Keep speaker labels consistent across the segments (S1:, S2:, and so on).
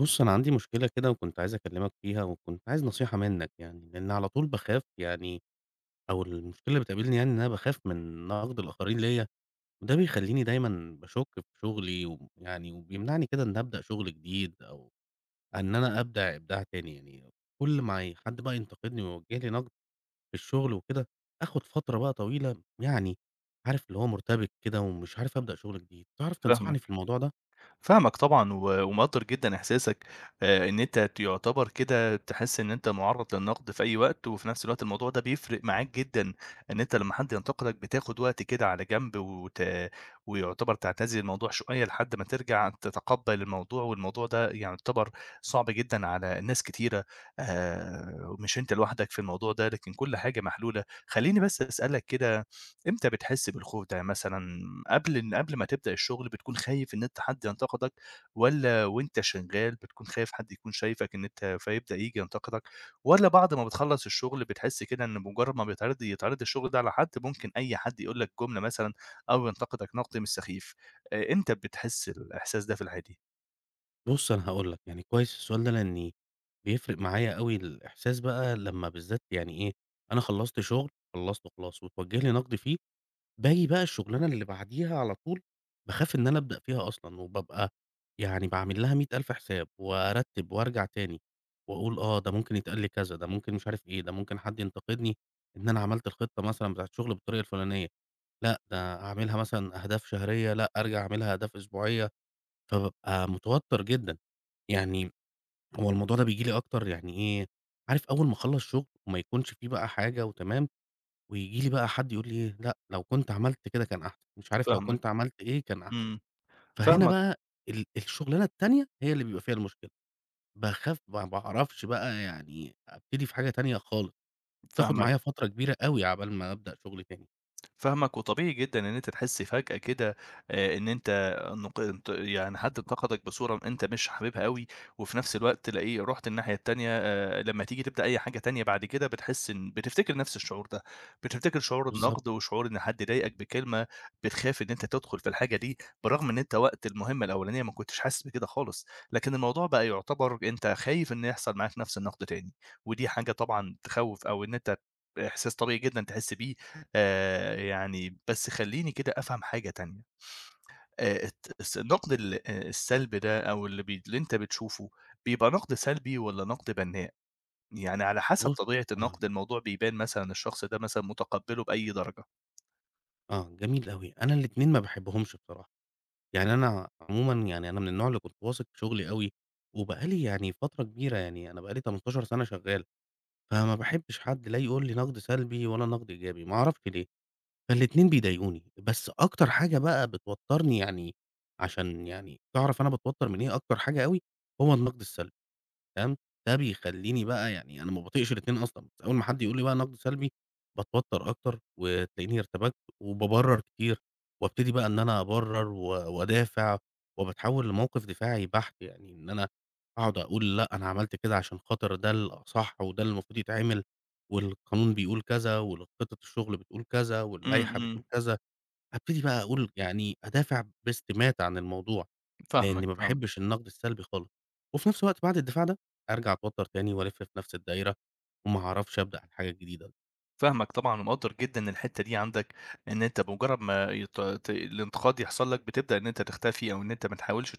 S1: بُص، أنا عندي مشكلة كده وكنت عايز أكلّمك فيها وكنت عايز نصيحة منّك يعني، لإن على طول باخاف يعني أو المشكلة اللي بتقابلني يعني إن أنا باخاف من نَقْد الآخرين ليّا، وده بيخلّيني دايمًا باشُك في شُغلي ويعني وبيمنعني كده إن أبدأ شُغل جديد أو إن أنا أبدع إبداع تاني يعني. كل ما حد بقى ينتقدني ويوجّه لي نَقْد في الشُغل وكده، آخُد فترة بقى طويلة يعني عارف اللي هو مُرتبِك كده ومش عارف أبدأ شُغل جديد، تعرف تنصحني في
S2: فاهمك،
S1: الموضوع ده؟
S2: فاهمك طبعًا ومقدّر جدًا إحساسك, إن أنت يعتبر كده تحس إن أنت معرّض للنقد في أي وقت، وفي نفس الوقت الموضوع ده بيفرق معاك جدًا، إن أنت لمّا حد ينتقدك بتاخد وقت كده على جنب ويعتبر تعتزل الموضوع شوية لحد ما ترجع تتقبّل الموضوع، والموضوع ده يعني يعتبر صعب جدًا على ناس كتيرة. مش أنت لوحدك في الموضوع ده، لكن كل حاجة محلولة. خلّيني بس أسألك كده، إمتى بتحس بالخوف ده مثلًا؟ قبل ما تبدأ الشغل بتكون خايف إن أنت حد ينتقدك، والّا وأنت شغال بتكون خايف حد يكون شايفك إن أنت فيبدأ ييجي ينتقدك، والّا بعد ما بتخلّص الشغل بتحس كده إن بمجرد ما يتعرض الشغل ده على حد ممكن أي حد يقول لك جملة مثلًا أو ينتقدك نقد مش سخيف. إمتى بتحس الإحساس ده في العادي؟
S1: بُص، أنا هاقول لك، يعني كويس السؤال ده لإني بيفرق معايا أوي الإحساس بقى لمّا بالذات يعني إيه، أنا خلّصت شغل، خلّصته خلاص واتوجه لي نقد فيه، باجي بقى الشغلانة اللي بعديها على طول باخاف إن أنا أبدأ فيها أصلًا، وبابقى يعني باعمل لها مِيّة ألف حساب، وأرتّب وأرجع تاني، وأقول آه، ده ممكن يتقال لي كذا، ده ممكن مش عارف إيه، ده ممكن حد ينتقدني إن أنا عملت الخطة مثلًا بتاعة الشغل بالطريقة الفلانية، لأ، ده أعملها مثلًا أهداف شهرية، لأ، أرجع أعملها أهداف أسبوعية، فبابقى متوتر جدًا. يعني هو الموضوع ده بييجي لي أكتر يعني إيه، عارف أول ما أخلّص شغل وما يكونش في بقى حاجة وتمام، وييجي لي بقى حد يقول لي إيه، لأ لو كنت عملت كده كان أحسن، مش عارف لو
S2: فاهمك،
S1: كنت عملت إيه كان أحسن،
S2: إمم،
S1: فهنا
S2: فاهمك،
S1: بقى الشغلانة التانية هي اللي بيبقى فيها المشكلة، باخاف ما باعرفش بقى يعني أبتدي في حاجة تانية خالص، بتاخد معايا
S2: فاهمك.
S1: فترة كبيرة أوي عقبال ما أبدأ شغل تاني،
S2: فاهمك، وطبيعي جدًا إن أنت تحس فجأة كده, إن أنت نق ت يعني حد انتقدك بصورة أنت مش حاببها أوي، وفي نفس الوقت تلاقيه رُحت الناحية التانية. لمّا تيجي تبدأ أي حاجة تانية بعد كده بتحس بتفتكر نفس الشعور ده، بتفتكر شعور
S1: بالضبط،
S2: النقد وشعور إن حد ضايقك بكلمة، بتخاف إن أنت تدخل في الحاجة دي، برغم إن أنت وقت المهمة الأولانية ما كنتش حاسس بكده خالص، لكن الموضوع بقى يعتبر أنت خايف إن يحصل معاك نفس النقد تاني، ودي حاجة طبعًا تخوّف, أو إن أنت إحساس طبيعي جدًا تحس بيه. يعني بس خلّيني كده أفهم حاجة تانية, الت الس النقد ال السلبي ده أو اللي أنت بتشوفه، بيبقى نقد سلبي والّا نقد بنّاء؟ يعني على حسب
S1: بُص
S2: طبيعة
S1: آه،
S2: النقد الموضوع بيبان مثلًا الشخص ده مثلًا متقبّله بأي درجة.
S1: آه، جميل أوي، أنا الاتنين ما باحبهمش بصراحة. يعني أنا عمومًا يعني أنا من النوع اللي كنت واثق في شغلي أوي، وبقى لي يعني فترة كبيرة، يعني أنا بقى لي 18 سَنة شغّال، فما باحبّش حد لا يقول لي نقد سلبي ولا نقد إيجابي، ما أعرفش ليه، فالاتنين بيضايقوني. بس أكتر حاجة بقى بتوتّرني يعني عشان يعني تعرف أنا باتوتّر من إيه، أكتر حاجة أوي هو النقد السلبي. تمام، ده بيخلّيني بقى يعني أنا ما باطيقش الاتنين أصلًا، بس أول ما حد يقول لي بقى نقد سلبي باتوتر أكتر، وتلاقيني ارتبكت وبابرر كتير، وابتدي بقى إن أنا أبرر و وأدافع، وباتحول لموقف دفاعي بحت، يعني إن أنا أقعد أقول لأ أنا عملت كده عشان خاطر ده الأصح وده اللي المفروض يتعمل، والقانون بيقول كذا، والخطة الشغل بتقول كذا،
S2: إمم،
S1: واللائحة
S2: إمم،
S1: بتقول كذا. هابتدي بقى أقول يعني أدافع باستماتة عن الموضوع، لإني
S2: فاهمك،
S1: ما
S2: فاهمك،
S1: باحبش النقد السلبي خالص، وفي نفس الوقت بعد الدفاع ده أرجع أتوتر تاني وألِف في نفس الدايرة، وما أعرفش أبدأ على حاجة جديدة،
S2: فاهمك طبعًا ومقدّر جدًا الحتّة دي عندك، إن أنت بمجرّد ما يت ت الانتقاد يحصل لك بتبدأ إن أنت تختفي أو إن أنت ما تحاولش،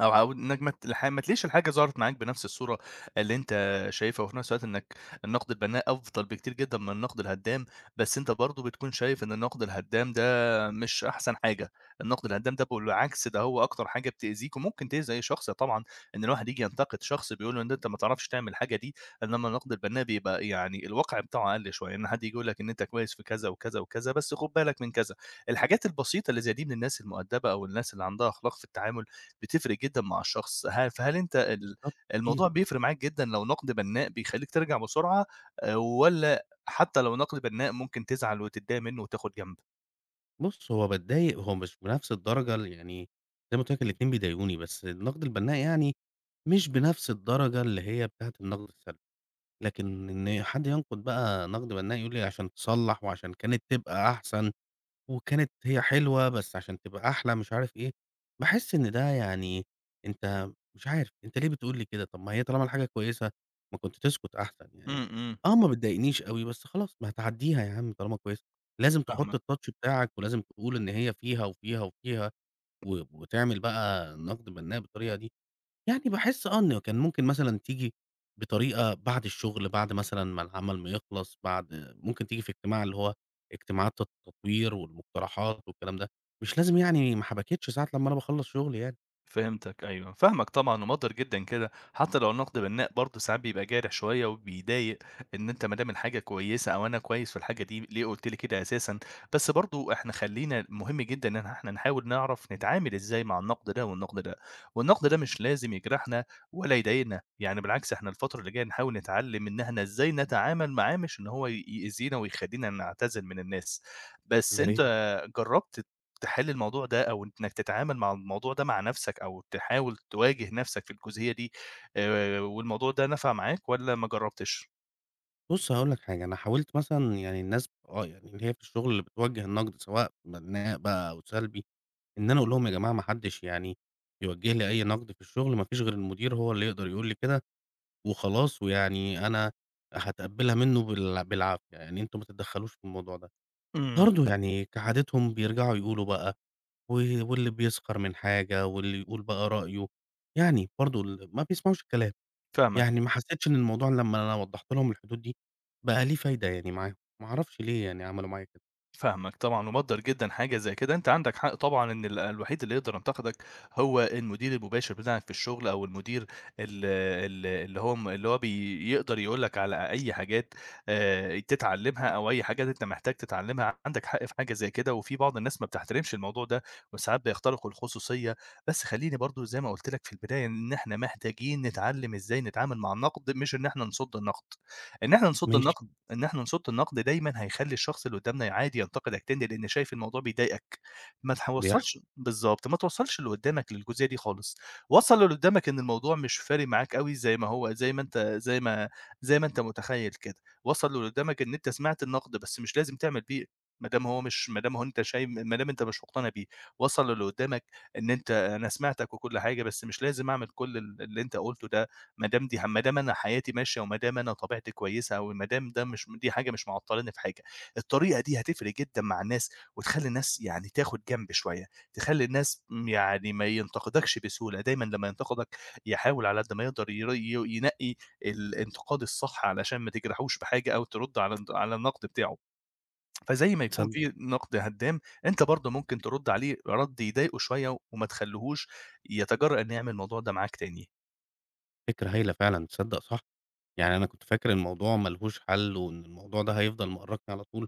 S2: أو إنك ما تلاقيش الحاجة ظهرت معاك بنفس الصورة اللي أنت شايفها، وفي نفس الوقت إنك النقد البناء أفضل بكتير جدًا من النقد الهدّام، بس أنت برضه بتكون شايف إن النقد الهدّام ده مش أحسن حاجة. النقد الهدّام ده بالعكس ده هو أكتر حاجة بتأذيك وممكن تأذي أي شخص طبعًا، إن الواحد ييجي ينتقد شخص بيقول له إن أنت ما تعرفش تعمل الحاجة دي، إنما النقد البناء بيبقى يعني الواقع بتاعه أقل شوية، إن حد ييجي يقول لك إن أنت كويس في كذا وكذا وكذا، بس خُد بالك من كذا. الحاجات البسيطة اللي زي دي من الناس المؤدبة أو الناس اللي عندها أخلاق في التعامل بتفرق جدًا مع الشخص. فهل أنت ال
S1: بالضبط كتير.
S2: الموضوع بيفرق معاك جدًا لو نقد بنّاء بيخلّيك ترجع بسرعة, والّا حتى لو نقد بنّاء ممكن تزعل وتتضايق منّه وتاخد جنب؟
S1: بُص هو باتضايق هو مش بنفس الدرجة يعني زي ما قُلت لك الاتنين بيضايقوني، بس النقد البناء يعني مش بنفس الدرجة اللي هي بتاعة النقد السلبي، لكن إن حد ينقد بقى نقد بناء يقول لي عشان تصلّح وعشان كانت تبقى أحسن وكانت هي حلوة بس عشان تبقى أحلى مش عارف إيه، باحس إن ده يعني أنت مش عارف أنت ليه بتقول لي كده؟ طب ما هي طالما الحاجة كويسة ما كنت تسكت أحسن يعني،
S2: إمم، إمم.
S1: آه ما بتضايقنيش أوي بس خلاص ما هتعدّيها يا عم طالما كويسة، لازم تحط
S2: فاهمك.
S1: الtouch بتاعك ولازم تقول إن هي فيها وفيها وفيها و وتعمل بقى نقد بناء بالطريقة دي. يعني باحس آه، إن كان ممكن مثلًا تيجي بطريقة بعد الشغل، بعد مثلًا ما العمل ما يخلص، بعد ممكن تيجي في اجتماع اللي هو اجتماعات التطوير والمقترحات والكلام ده، مش لازم يعني ما حبكتش ساعة لمّا أنا باخلّص شغل يعني.
S2: فهمتك أيوه، فاهمك طبعًا ومقدّر جدًا كده، حتى لو النقد بنّاء برضه ساعات بيبقى جارح شوية وبيضايق إن أنت ما دام الحاجة كويسة أو أنا كويس في الحاجة دي ليه قُلت لي كده أساسًا، بس برضه إحنا خلّينا مهم جدًا إن إحنا نحاول نعرف نتعامل إزاي مع النقد ده والنقد ده، والنقد ده مش لازم يجرحنا ولا يضايقنا، يعني بالعكس إحنا الفترة اللي جاية نحاول نتعلّم إن إحنا إزاي نتعامل معاه مش إن هو يأذينا ويخلّينا نعتزل من الناس. بس
S1: يا
S2: أنت
S1: ريت.
S2: جرّبت تحل الموضوع ده أو إنك تتعامل مع الموضوع ده مع نفسك أو تحاول تواجه نفسك في الجزئية دي, والموضوع ده نفع معاك والّا ما جرّبتش؟
S1: بُص هاقول لك حاجة، أنا حاولت مثلًا يعني الناس آه، يعني اللي هي في الشغل اللي بتوجّه النقد سواء بناء بقى أو سلبي، إن أنا أقول لهم: "يا جماعة ما حدش يعني يوجّه لي أي نقد في الشغل، ما فيش غير المدير هو اللي يقدر يقول لي كده." وخلاص، ويعني أنا هاتقبّلها منّه بالعافية، يعني أنتم ما تتدخّلوش في الموضوع ده.
S2: إمم،
S1: برضه يعني كعادتهم بيرجعوا يقولوا بقى و واللي بيسخر من حاجة واللي يقول بقى رأيه، يعني برضه ما بيسمعوش الكلام،
S2: فاهمك.
S1: يعني ما حسّيتش إن الموضوع لمّا أنا وضّحت لهم الحدود دي بقى ليه فايدة يعني معاهم، ما أعرفش ليه يعني عملوا معايا كده.
S2: فاهمك طبعًا، ومقدّر جدًا حاجة زي كده. أنت عندك حق طبعًا إن الوحيد اللي يقدر ينتقدك هو المدير المباشر بتاعك في الشغل، أو المدير ال ال اللي هو م اللي هو بي يقدر يقول لك على أي حاجات, تتعلمها أو أي حاجات أنت محتاج تتعلمها. عندك حق في حاجة زي كده، وفي بعض الناس ما بتحترمش الموضوع ده، وساعات بيخترقوا الخصوصية، بس خلّيني برضه زي ما قُلت لك في البداية إن إحنا محتاجين نتعلم إزاي نتعامل مع النقد، مش إن إحنا نصُد النقد. إن إحنا نصُد بالضبط.
S1: ماشي،
S2: النقد إن إحنا نصُد النقد دايمًا هيخلّي الشخص اللي قُدّامنا عادي ينتقدك تاني لإن شايف الموضوع بيضايقك، ما
S1: بيحصل،
S2: توصّلش بالضبط، ما توصّلش اللي قُدّامك للجزئية دي خالص. وصّل للي قُدّامك إن الموضوع مش فارق معاك أوي زي ما هو زي ما أنت زي ما زي ما أنت متخيّل كده. وصّل للي قُدّامك إن أنت سمعت النقد بس مش لازم تعمل بيه، ما دام أنت شايف، ما دام أنت مش مقتنع بيه. وصّل للي قُدّامك إن أنا سمعتك وكل حاجة بس مش لازم أعمل كل اللي أنت قُلته ده, ما دام أنا حياتي ماشية وما دام أنا طبيعتي كويسة وما دام ده مش دي حاجة مش معطّلاني في حاجة. الطريقة دي هتفرق جدًا مع الناس وتخلّي الناس يعني تاخُد جنب شوية، تخلّي الناس يعني ما ينتقدكش بسهولة. دايمًا لمّا ينتقدك يحاول على قد ما يقدر ير ي ينقّي الانتقاد الصح علشان ما تجرحوش بحاجة أو ترُد على النقد بتاعه. فزي ما يكون
S1: تصدّق
S2: في نقد هدّام أنت برضه ممكن ترُد عليه رَد يضايقه شوية وما تخلّيهوش يتجرأ إنه يعمل الموضوع ده معاك تاني.
S1: فكرة هايلة فعلًا، تصدّق صح، يعني أنا كنت فاكر الموضوع ما لهوش حَل وإن الموضوع ده هيفضل مأرّقني على طول،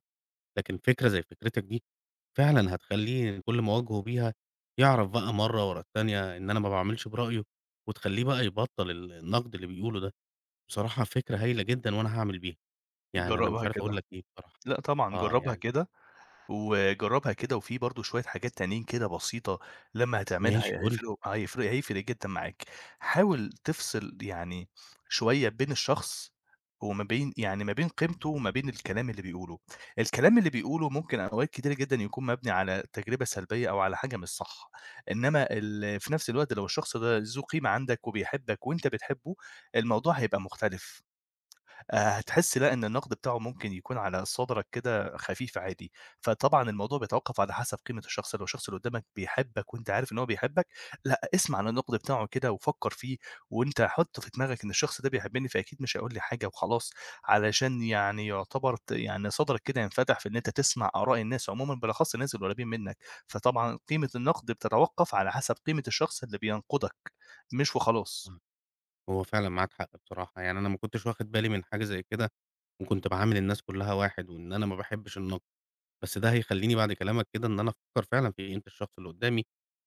S1: لكن فكرة زي فكرتك دي فعلًا هتخلّيه كل مواجهه بيها يعرف بقى مرّة ورا التانية إن أنا ما باعملش برأيه، وتخلّيه بقى يبطّل النقد اللي بيقوله ده، بصراحة فكرة هايلة جدًا وأنا هاعمل بيها، يعني أنا مش
S2: جرّبها
S1: عارف أقول
S2: كده.
S1: لك إيه بصراحة،
S2: لأ طبعًا،
S1: آه
S2: جرّبها
S1: يعني
S2: كده، وجرّبها كده، وفي برضه شوية حاجات تانيين كده بسيطة لمّا هتعملها.
S1: ماشي
S2: إمم.
S1: قُل لي،
S2: هيفرق جدًا معاك. حاول تفصل يعني شوية بين الشخص وما بين يعني ما بين قيمته وما بين الكلام اللي بيقوله. الكلام اللي بيقوله ممكن أوقات كتيرة جدًا يكون مبني على تجربة سلبية أو على حاجة مش صح، إنّما في نفس الوقت لو الشخص ده ذو قيمة عندك وبيحبك وأنت بتحبه، الموضوع هيبقى مختلف. هتحس لأ، إن النقد بتاعه ممكن يكون على صدرك كده خفيف عادي. فطبعًا الموضوع بيتوقّف على حسب قيمة الشخص، لو الشخص اللي قدّامك بيحبك وأنت عارف إن هو بيحبك، لأ، اسمع للنقد بتاعه كده وفكّر فيه، وأنت حُط في دماغك إن الشخص ده بيحبني فأكيد مش هيقول لي حاجة وخلاص، علشان يعني يعتبر يعني صدرك كده ينفتح في إن أنت تسمع آراء الناس عمومًا، بالأخص الناس القريبين منك. فطبعًا قيمة النقد بتتوقّف على حسب قيمة الشخص اللي بينقدك، مش وخلاص.
S1: آه، هو فعلًا معاك حق بصراحة، يعني أنا ما كنتش واخد بالي من حاجة زي كده، وكنت باعامل الناس كلّها واحد، وإن أنا ما باحبش النقد، بس ده هيخلّيني بعد كلامك كده إن أنا أفكّر فعلًا في قيمة الشخص اللي قدّامي،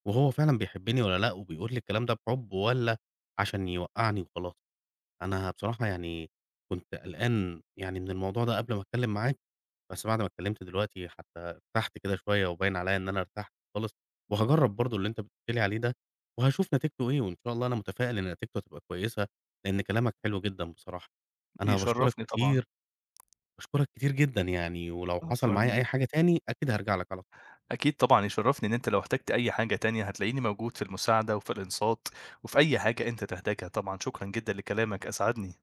S1: وهو فعلًا بيحبني والّا لأ، وبيقول لي الكلام ده بحُب والّا عشان يوقّعني وخلاص. أنا بصراحة يعني كنت قلقان يعني من الموضوع ده قبل ما أتكلّم معاك، بس بعد ما اتكلّمت دلوقتي حتّى ارتحت كده شوية وباين عليّا إن أنا ارتحت خالص، وهاجرّب برضه اللي أنت بتقول لي عليه ده، وهاشوف نتيجته إيه، وإن شاء الله أنا متفائل إن نتيجته هتبقى كويسة، لإن كلامك حلو جدًا بصراحة. أنا باشكرك
S2: يشرّفني طبعًا.
S1: كتير، باشكرك كتير جدًا يعني، ولو حصل
S2: عفوًا.
S1: معايا أي حاجة تاني أكيد هارجع لك على طول.
S2: أكيد طبعًا يشرّفني إن أنت لو احتجت أي حاجة تانية هتلاقيني موجود في المساعدة وفي الإنصات وفي أي حاجة أنت تحتاجها طبعًا. شكرًا جدًا لكلامك، أسعدني.